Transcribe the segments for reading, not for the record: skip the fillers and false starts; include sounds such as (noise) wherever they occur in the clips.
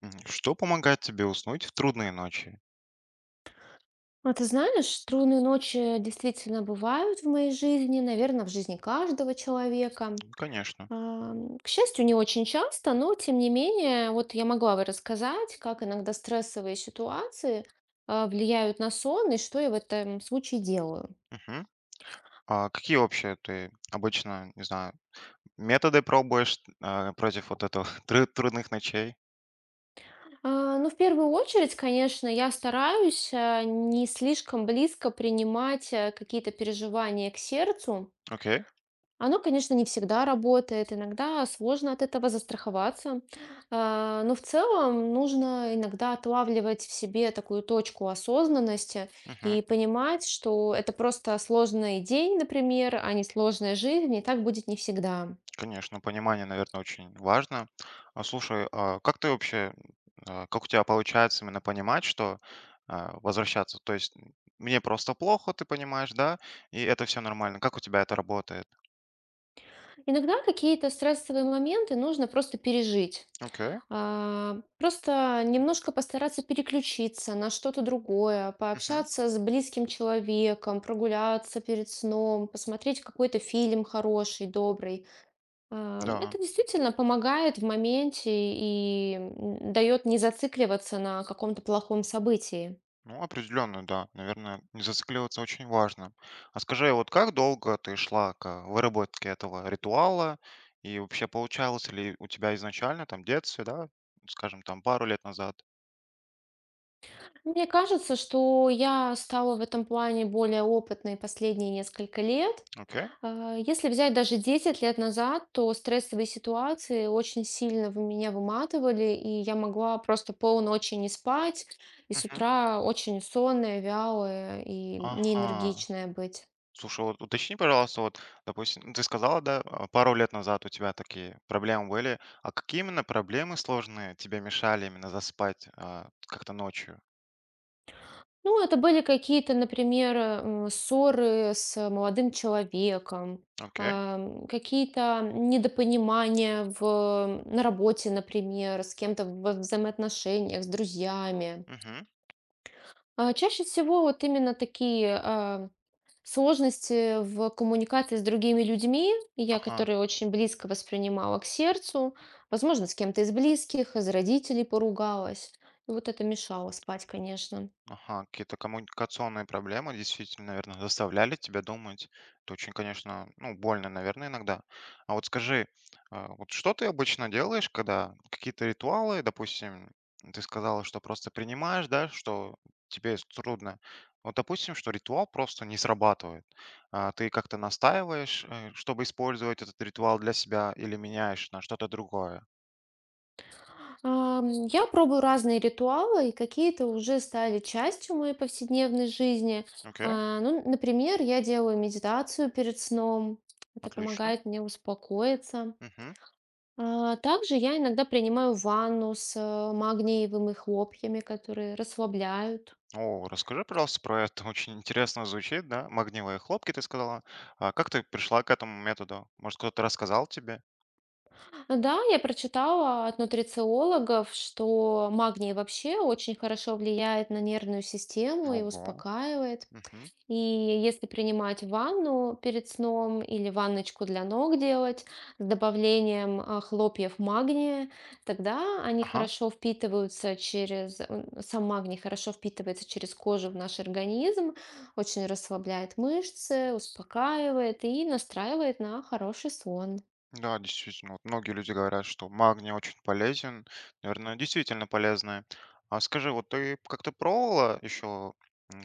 Мгм. Что помогает тебе уснуть в трудные ночи? А ты знаешь, трудные ночи действительно бывают в моей жизни, наверное, в жизни каждого человека. Ну, конечно. К счастью, не очень часто, но тем не менее, вот я могла бы рассказать, как иногда стрессовые ситуации влияют на сон и что я в этом случае делаю. Мгм. А какие вообще ты обычно, не знаю, методы пробуешь против вот этого (laughs) трудных ночей? Ну, в первую очередь, конечно, я стараюсь не слишком близко принимать какие-то переживания к сердцу. Окей. Оно, конечно, не всегда работает, иногда сложно от этого застраховаться, но в целом нужно иногда отлавливать в себе такую точку осознанности Мгм. и понимать, что это просто сложный день, например, а не сложная жизнь, и так будет не всегда. Конечно, понимание, наверное, очень важно. А слушай, а как ты вообще, как у тебя получается именно понимать, что возвращаться? То есть мне просто плохо, ты понимаешь, да? И это все нормально. Как у тебя это работает? Иногда какие-то стрессовые моменты нужно просто пережить. Окей. Просто немножко постараться переключиться на что-то другое, Мгм. пообщаться с близким человеком, прогуляться перед сном, посмотреть какой-то фильм хороший, добрый. Да. Это действительно помогает в моменте и дает не зацикливаться на каком-то плохом событии. Ну, определенно, да. Наверное, не зацикливаться очень важно. А скажи, вот как долго ты шла к выработке этого ритуала? И вообще получалось ли у тебя изначально, там, в детстве, да, скажем, там, пару лет назад? Мне кажется, что я стала в этом плане более опытной последние несколько лет. Окей. Если взять даже 10 лет назад, то стрессовые ситуации очень сильно в меня выматывали, и я могла просто полночи не спать, и с Мгм. утра очень сонная, вялая и Ага. неэнергичная быть. Слушай, вот уточни, пожалуйста, вот, допустим, ну, ты сказала, да, пару лет назад у тебя такие проблемы были. А какие именно проблемы сложные тебе мешали именно заспать как-то ночью? Ну, это были какие-то, например, ссоры с молодым человеком, Окей. Какие-то недопонимания на работе, например, с кем-то во взаимоотношениях, с друзьями. Мгм. Чаще всего вот именно такие, сложности в коммуникации с другими людьми, я Ага. которые очень близко воспринимала к сердцу. Возможно, с кем-то из близких, из родителей поругалась. И вот это мешало спать, конечно. Ага, какие-то коммуникационные проблемы действительно, наверное, заставляли тебя думать. Это очень, конечно, ну, больно, наверное, иногда. А вот скажи, вот что ты обычно делаешь, когда какие-то ритуалы, допустим, ты сказала, что просто принимаешь, да, что тебе трудно. Вот, допустим, что ритуал просто не срабатывает. А, ты как-то настаиваешь, чтобы использовать этот ритуал для себя или меняешь на что-то другое. Я пробую разные ритуалы, и какие-то уже стали частью моей повседневной жизни. Окей, Ну, например, я делаю медитацию перед сном. Это отлично. помогает мне успокоиться. Мгм. Также я иногда принимаю ванну с магниевыми хлопьями, которые расслабляют. О, расскажи, пожалуйста, про это. Очень интересно звучит, да? Магниевые хлопки, ты сказала. А как ты пришла к этому методу? Может, кто-то рассказал тебе? Да, я прочитала от нутрициологов, что магний вообще очень хорошо влияет на нервную систему и Ого. успокаивает. Мгм. И если принимать ванну перед сном или ванночку для ног делать с добавлением хлопьев магния, тогда они Ага. хорошо впитываются. Сам магний хорошо впитывается через кожу в наш организм, очень расслабляет мышцы, успокаивает и настраивает на хороший сон. Да, действительно. Вот многие люди говорят, что магний очень полезен. Наверное, действительно полезное. А скажи, вот ты как-то пробовала еще,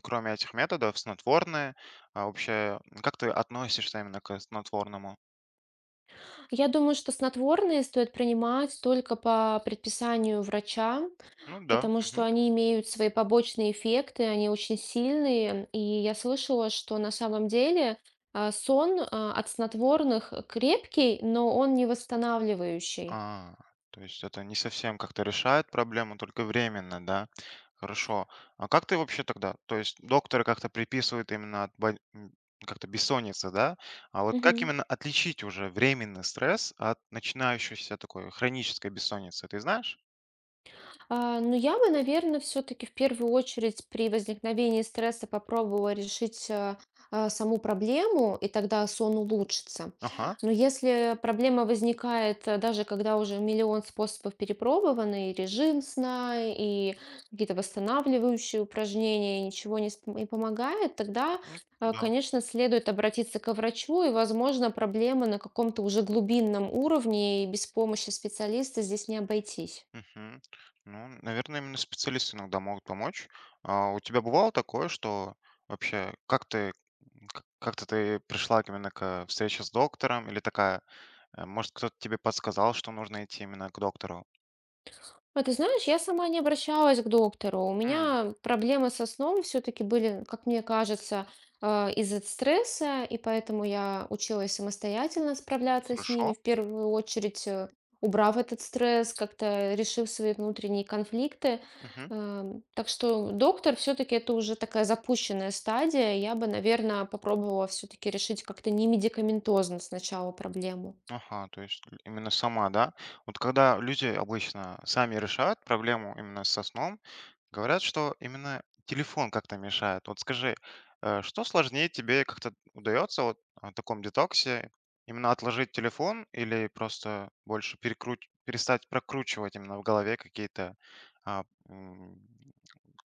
кроме этих методов, снотворные? А вообще, как ты относишься именно к снотворному? Я думаю, что снотворные стоит принимать только по предписанию врача, Ну да. потому что они имеют свои побочные эффекты, они очень сильные. И я слышала, что на самом деле сон от снотворных крепкий, но он не восстанавливающий. А, то есть это не совсем как-то решает проблему, только временно, да? Хорошо. А как ты вообще тогда? То есть докторы как-то приписывают именно от как-то бессонница, да? А вот как именно отличить уже временный стресс от начинающейся такой хронической бессонницы? Ты знаешь? Ну, я бы, наверное, все-таки в первую очередь при возникновении стресса попробовала решить саму проблему, и тогда сон улучшится. Ага. Но если проблема возникает даже когда уже миллион способов перепробованы, и режим сна, и какие-то восстанавливающие упражнения, и ничего не помогает, тогда, Да. конечно, следует обратиться к врачу, и, возможно, проблема на каком-то уже глубинном уровне, и без помощи специалиста здесь не обойтись. Мгм. Ну, наверное, именно специалисты иногда могут помочь. А у тебя бывало такое, что вообще как ты как-то ты пришла именно к встрече с доктором или такая, может, кто-то тебе подсказал, что нужно идти именно к доктору? А ты знаешь, я сама не обращалась к доктору. У М, меня проблемы со сном все-таки были, как мне кажется, из-за стресса, и поэтому я училась самостоятельно справляться с ними, Хорошо. в первую очередь убрав этот стресс, как-то решив свои внутренние конфликты. Так что доктор все-таки это уже такая запущенная стадия. Я бы, наверное, попробовала все-таки решить как-то не медикаментозно сначала проблему. Ага, то есть именно сама, да? Вот когда люди обычно сами решают проблему именно со сном, говорят, что именно телефон как-то мешает. Вот скажи, что сложнее тебе как-то удается вот о таком детоксе именно отложить телефон или просто больше перестать прокручивать именно в голове какие-то, а, м,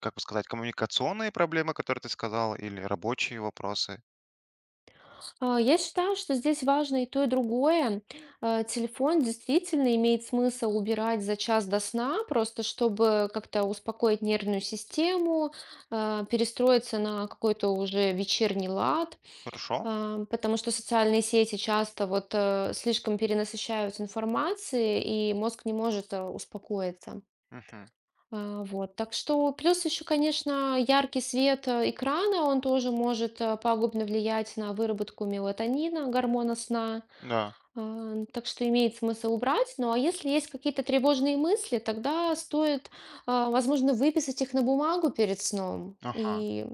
как бы сказать, коммуникационные проблемы, которые ты сказал, или рабочие вопросы? Я считаю, что здесь важно и то, и другое. Телефон действительно имеет смысл убирать за час до сна, просто чтобы как-то успокоить нервную систему, перестроиться на какой-то уже вечерний лад, Хорошо? Потому что социальные сети часто вот слишком перенасыщаются информацией, и мозг не может успокоиться. Мгм. Вот. Так что плюс еще, конечно, яркий свет экрана, он тоже может пагубно влиять на выработку мелатонина, гормона сна. Да. Так что имеет смысл убрать. Ну а если есть какие-то тревожные мысли, тогда стоит, возможно, выписать их на бумагу перед сном. Ага. И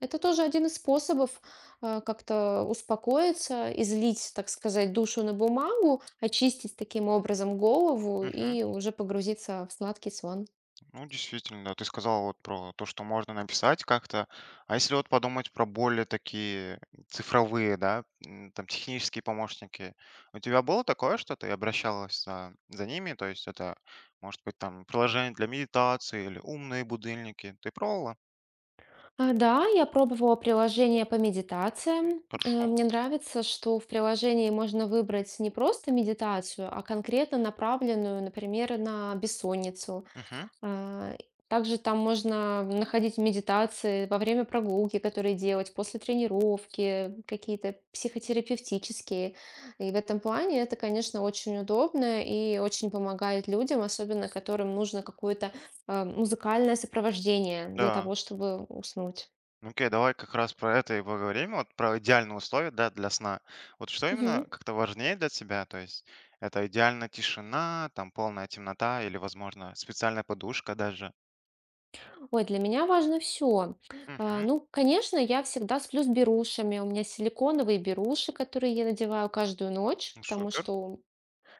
это тоже один из способов как-то успокоиться, излить, так сказать, душу на бумагу, очистить таким образом голову Мгм. и уже погрузиться в сладкий сон. Ну, действительно, да, ты сказал вот про то, что можно написать как-то. А если вот подумать про более такие цифровые, да, там технические помощники, у тебя было такое, что ты обращалась за ними? То есть это, может быть, там приложение для медитации или умные будильники. Ты пробовала? Да, я пробовала приложение по медитациям. Хорошо. Мне нравится, что в приложении можно выбрать не просто медитацию, а конкретно направленную, например, на бессонницу. Мгм. А, Также там можно находить медитации во время прогулки, которые делать после тренировки, какие-то психотерапевтические. И в этом плане это, конечно, очень удобно и очень помогает людям, особенно которым нужно какое-то музыкальное сопровождение для Да. того, чтобы уснуть. Ну, окей, давай как раз про это и поговорим, вот про идеальные условия, да, для сна. Вот что Мгм. именно как-то важнее для тебя? То есть это идеально тишина, там полная темнота или, возможно, специальная подушка даже? Ой, для меня важно все. Угу, Ну, конечно, я всегда сплю с берушами. У меня силиконовые беруши, которые я надеваю каждую ночь, потому супер. что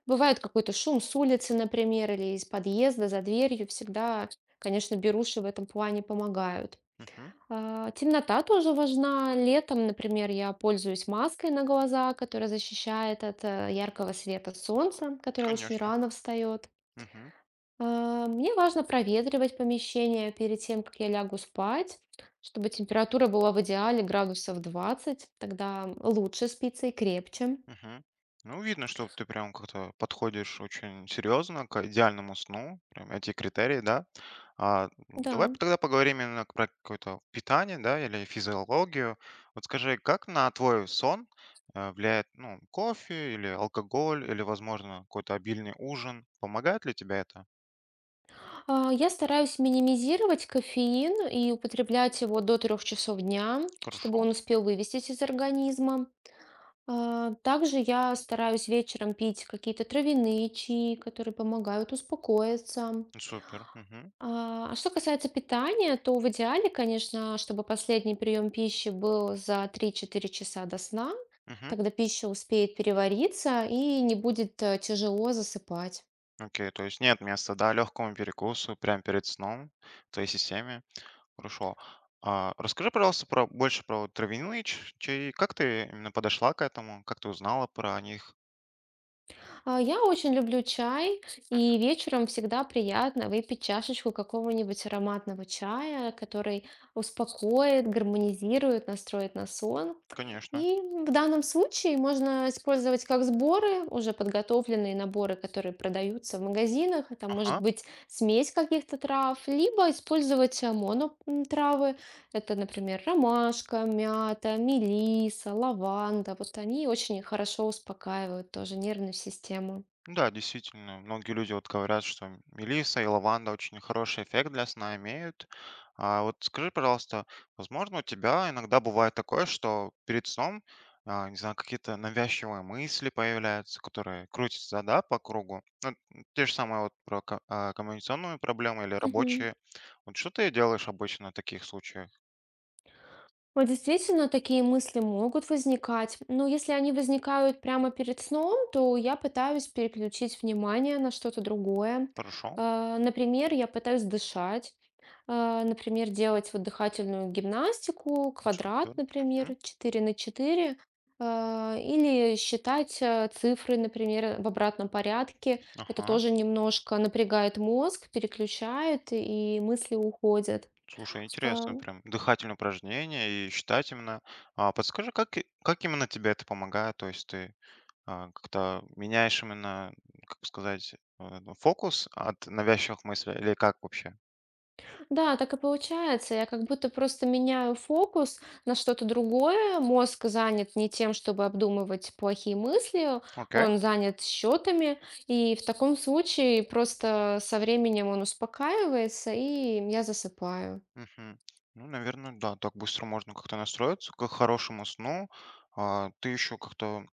бывает какой-то шум с улицы, например, или из подъезда за дверью. Всегда, конечно, беруши в этом плане помогают. Угу, Темнота тоже важна. Летом, например, я пользуюсь маской на глаза, которая защищает от яркого света солнца, которое очень конечно. рано встает. Мгм. Мне важно проветривать помещение перед тем, как я лягу спать, чтобы температура была в идеале градусов 20, тогда лучше спится и крепче. Мгм. Ну, видно, что ты прям как-то подходишь очень серьезно к идеальному сну, прям эти критерии, да. А, ну, давай Да. тогда поговорим именно про какое-то питание, да, или физиологию. Вот скажи, как на твой сон влияет, ну, кофе или алкоголь, или, возможно, какой-то обильный ужин? Помогает ли тебе это? Я стараюсь минимизировать кофеин и употреблять его до 3 часов дня, чтобы Хорошо, он успел вывестись из организма. Также я стараюсь вечером пить какие-то травяные чаи, которые помогают успокоиться. ну, супер. Мгм. А что касается питания, то в идеале, конечно, чтобы последний прием пищи был за 3-4 часа до сна, Мгм. тогда пища успеет перевариться и не будет тяжело засыпать. Окей, то есть нет места, да, легкому перекусу прямо перед сном в твоей системе? Хорошо. А расскажи, пожалуйста, про больше про вот травяные ч чаи. Как ты именно подошла к этому? Как ты узнала про них? Я очень люблю чай, и вечером всегда приятно выпить чашечку какого-нибудь ароматного чая, который успокоит, гармонизирует, настроит на сон. Конечно. И в данном случае можно использовать как сборы, уже подготовленные наборы, которые продаются в магазинах. Это может Ага. быть смесь каких-то трав, либо использовать монотравы, это, например, ромашка, мята, мелиса, лаванда. Вот они очень хорошо успокаивают тоже нервную систему. Да, действительно, многие люди вот говорят, что мелиса и лаванда очень хороший эффект для сна имеют. А вот скажи, пожалуйста, возможно, у тебя иногда бывает такое, что перед сном, не знаю, какие-то навязчивые мысли появляются, которые крутятся, да, по кругу. Ну, те же самые вот про коммуникационные проблемы или Мгм. рабочие. Вот что ты делаешь обычно в таких случаях? Вот действительно такие мысли могут возникать, но если они возникают прямо перед сном, то я пытаюсь переключить внимание на что-то другое. Хорошо? Например, я пытаюсь дышать, например, делать вот дыхательную гимнастику, Всё, квадрат, всё. Мгм. например, 4 на 4, э, или считать цифры, например, в обратном порядке. Это Ага. тоже немножко напрягает мозг, переключает, и мысли уходят. Слушай, А, интересно, прям дыхательные упражнения и считать именно. А подскажи, как именно тебе это помогает? То есть ты как-то меняешь именно, как сказать, ну, фокус от навязчивых мыслей или как вообще? Да, так и получается. Я как будто просто меняю фокус на что-то другое. Мозг занят не тем, чтобы обдумывать плохие мысли, Окей. он занят счетами, и в таком случае просто со временем он успокаивается, и я засыпаю. Мгм. Ну, наверное, да, так быстро можно как-то настроиться к хорошему сну. А, ты еще как-то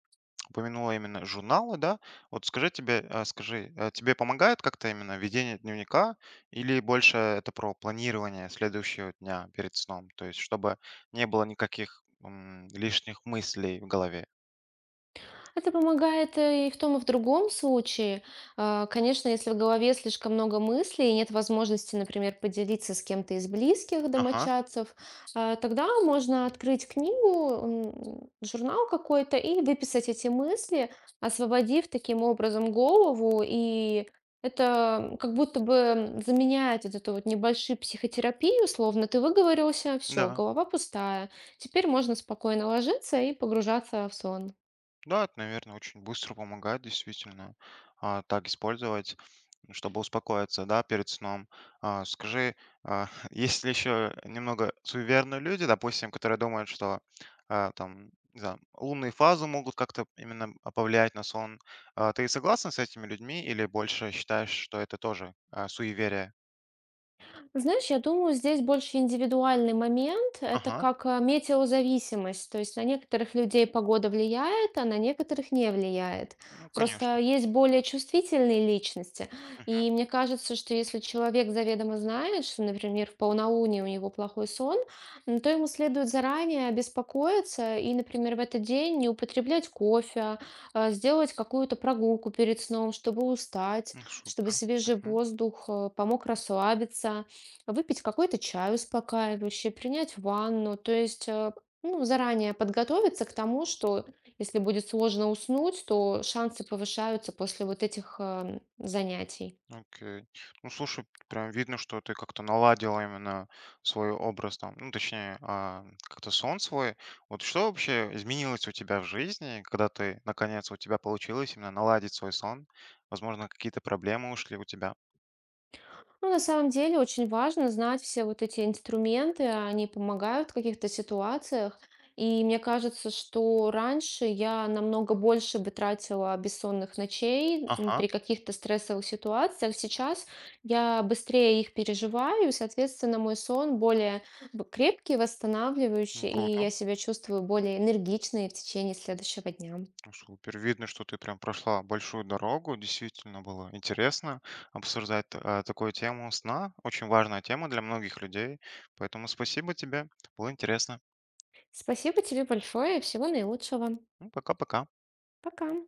упомянула именно журналы, да. Вот скажи, тебе помогает как-то именно ведение дневника или больше это про планирование следующего дня перед сном? То есть, чтобы не было никаких лишних мыслей в голове. Это помогает и в том, и в другом случае. Конечно, если в голове слишком много мыслей и нет возможности, например, поделиться с кем-то из близких Ага, домочадцев, тогда можно открыть книгу, журнал какой-то и выписать эти мысли, освободив таким образом голову. И это как будто бы заменяет вот эту вот небольшую психотерапию, словно ты выговорился, все, да. голова пустая. Теперь можно спокойно ложиться и погружаться в сон. Да, это, наверное, очень быстро помогает, действительно, так использовать. Чтобы успокоиться, да, перед сном. А, скажи, а, (laughs) есть ли еще немного суеверные люди, допустим, которые думают, что там, не знаю, лунные фазы могут как-то именно повлиять на сон. А, ты согласна с этими людьми или больше считаешь, что это тоже суеверие? Знаешь, я думаю, здесь больше индивидуальный момент. Это Ага, как метеозависимость. То есть на некоторых людей погода влияет, а на некоторых не влияет. ну, конечно. Просто есть более чувствительные личности. Мгм. И мне кажется, что если человек заведомо знает, что, например, в полнолуние у него плохой сон, то ему следует заранее беспокоиться и, например, в этот день не употреблять кофе, сделать какую-то прогулку перед сном, чтобы устать, Ну, чтобы супер. свежий воздух помог расслабиться выпить какой-то чай успокаивающий, принять ванну, то есть, ну, заранее подготовиться к тому, что если будет сложно уснуть, то шансы повышаются после вот этих, занятий. Окей. Ну, слушай, прям видно, что ты как-то наладила именно свой образ там, ну, точнее, как-то сон свой. Вот что вообще изменилось у тебя в жизни, когда ты, наконец, у тебя получилось именно наладить свой сон? Возможно, какие-то проблемы ушли у тебя. Ну, на самом деле очень важно знать все вот эти инструменты, они помогают в каких-то ситуациях. И мне кажется, что раньше я намного больше бы тратила бессонных ночей Ага, при каких-то стрессовых ситуациях. Сейчас я быстрее их переживаю, и, соответственно, мой сон более крепкий, ну, восстанавливающий, и я круто. себя чувствую более энергичной в течение следующего дня. Ну, супер. Видно, что ты прям прошла большую дорогу. Действительно было интересно обсуждать такую тему сна. Очень важная тема для многих людей. Поэтому спасибо тебе. Было интересно. Спасибо тебе большое, всего наилучшего. Ну, пока-пока. Пока.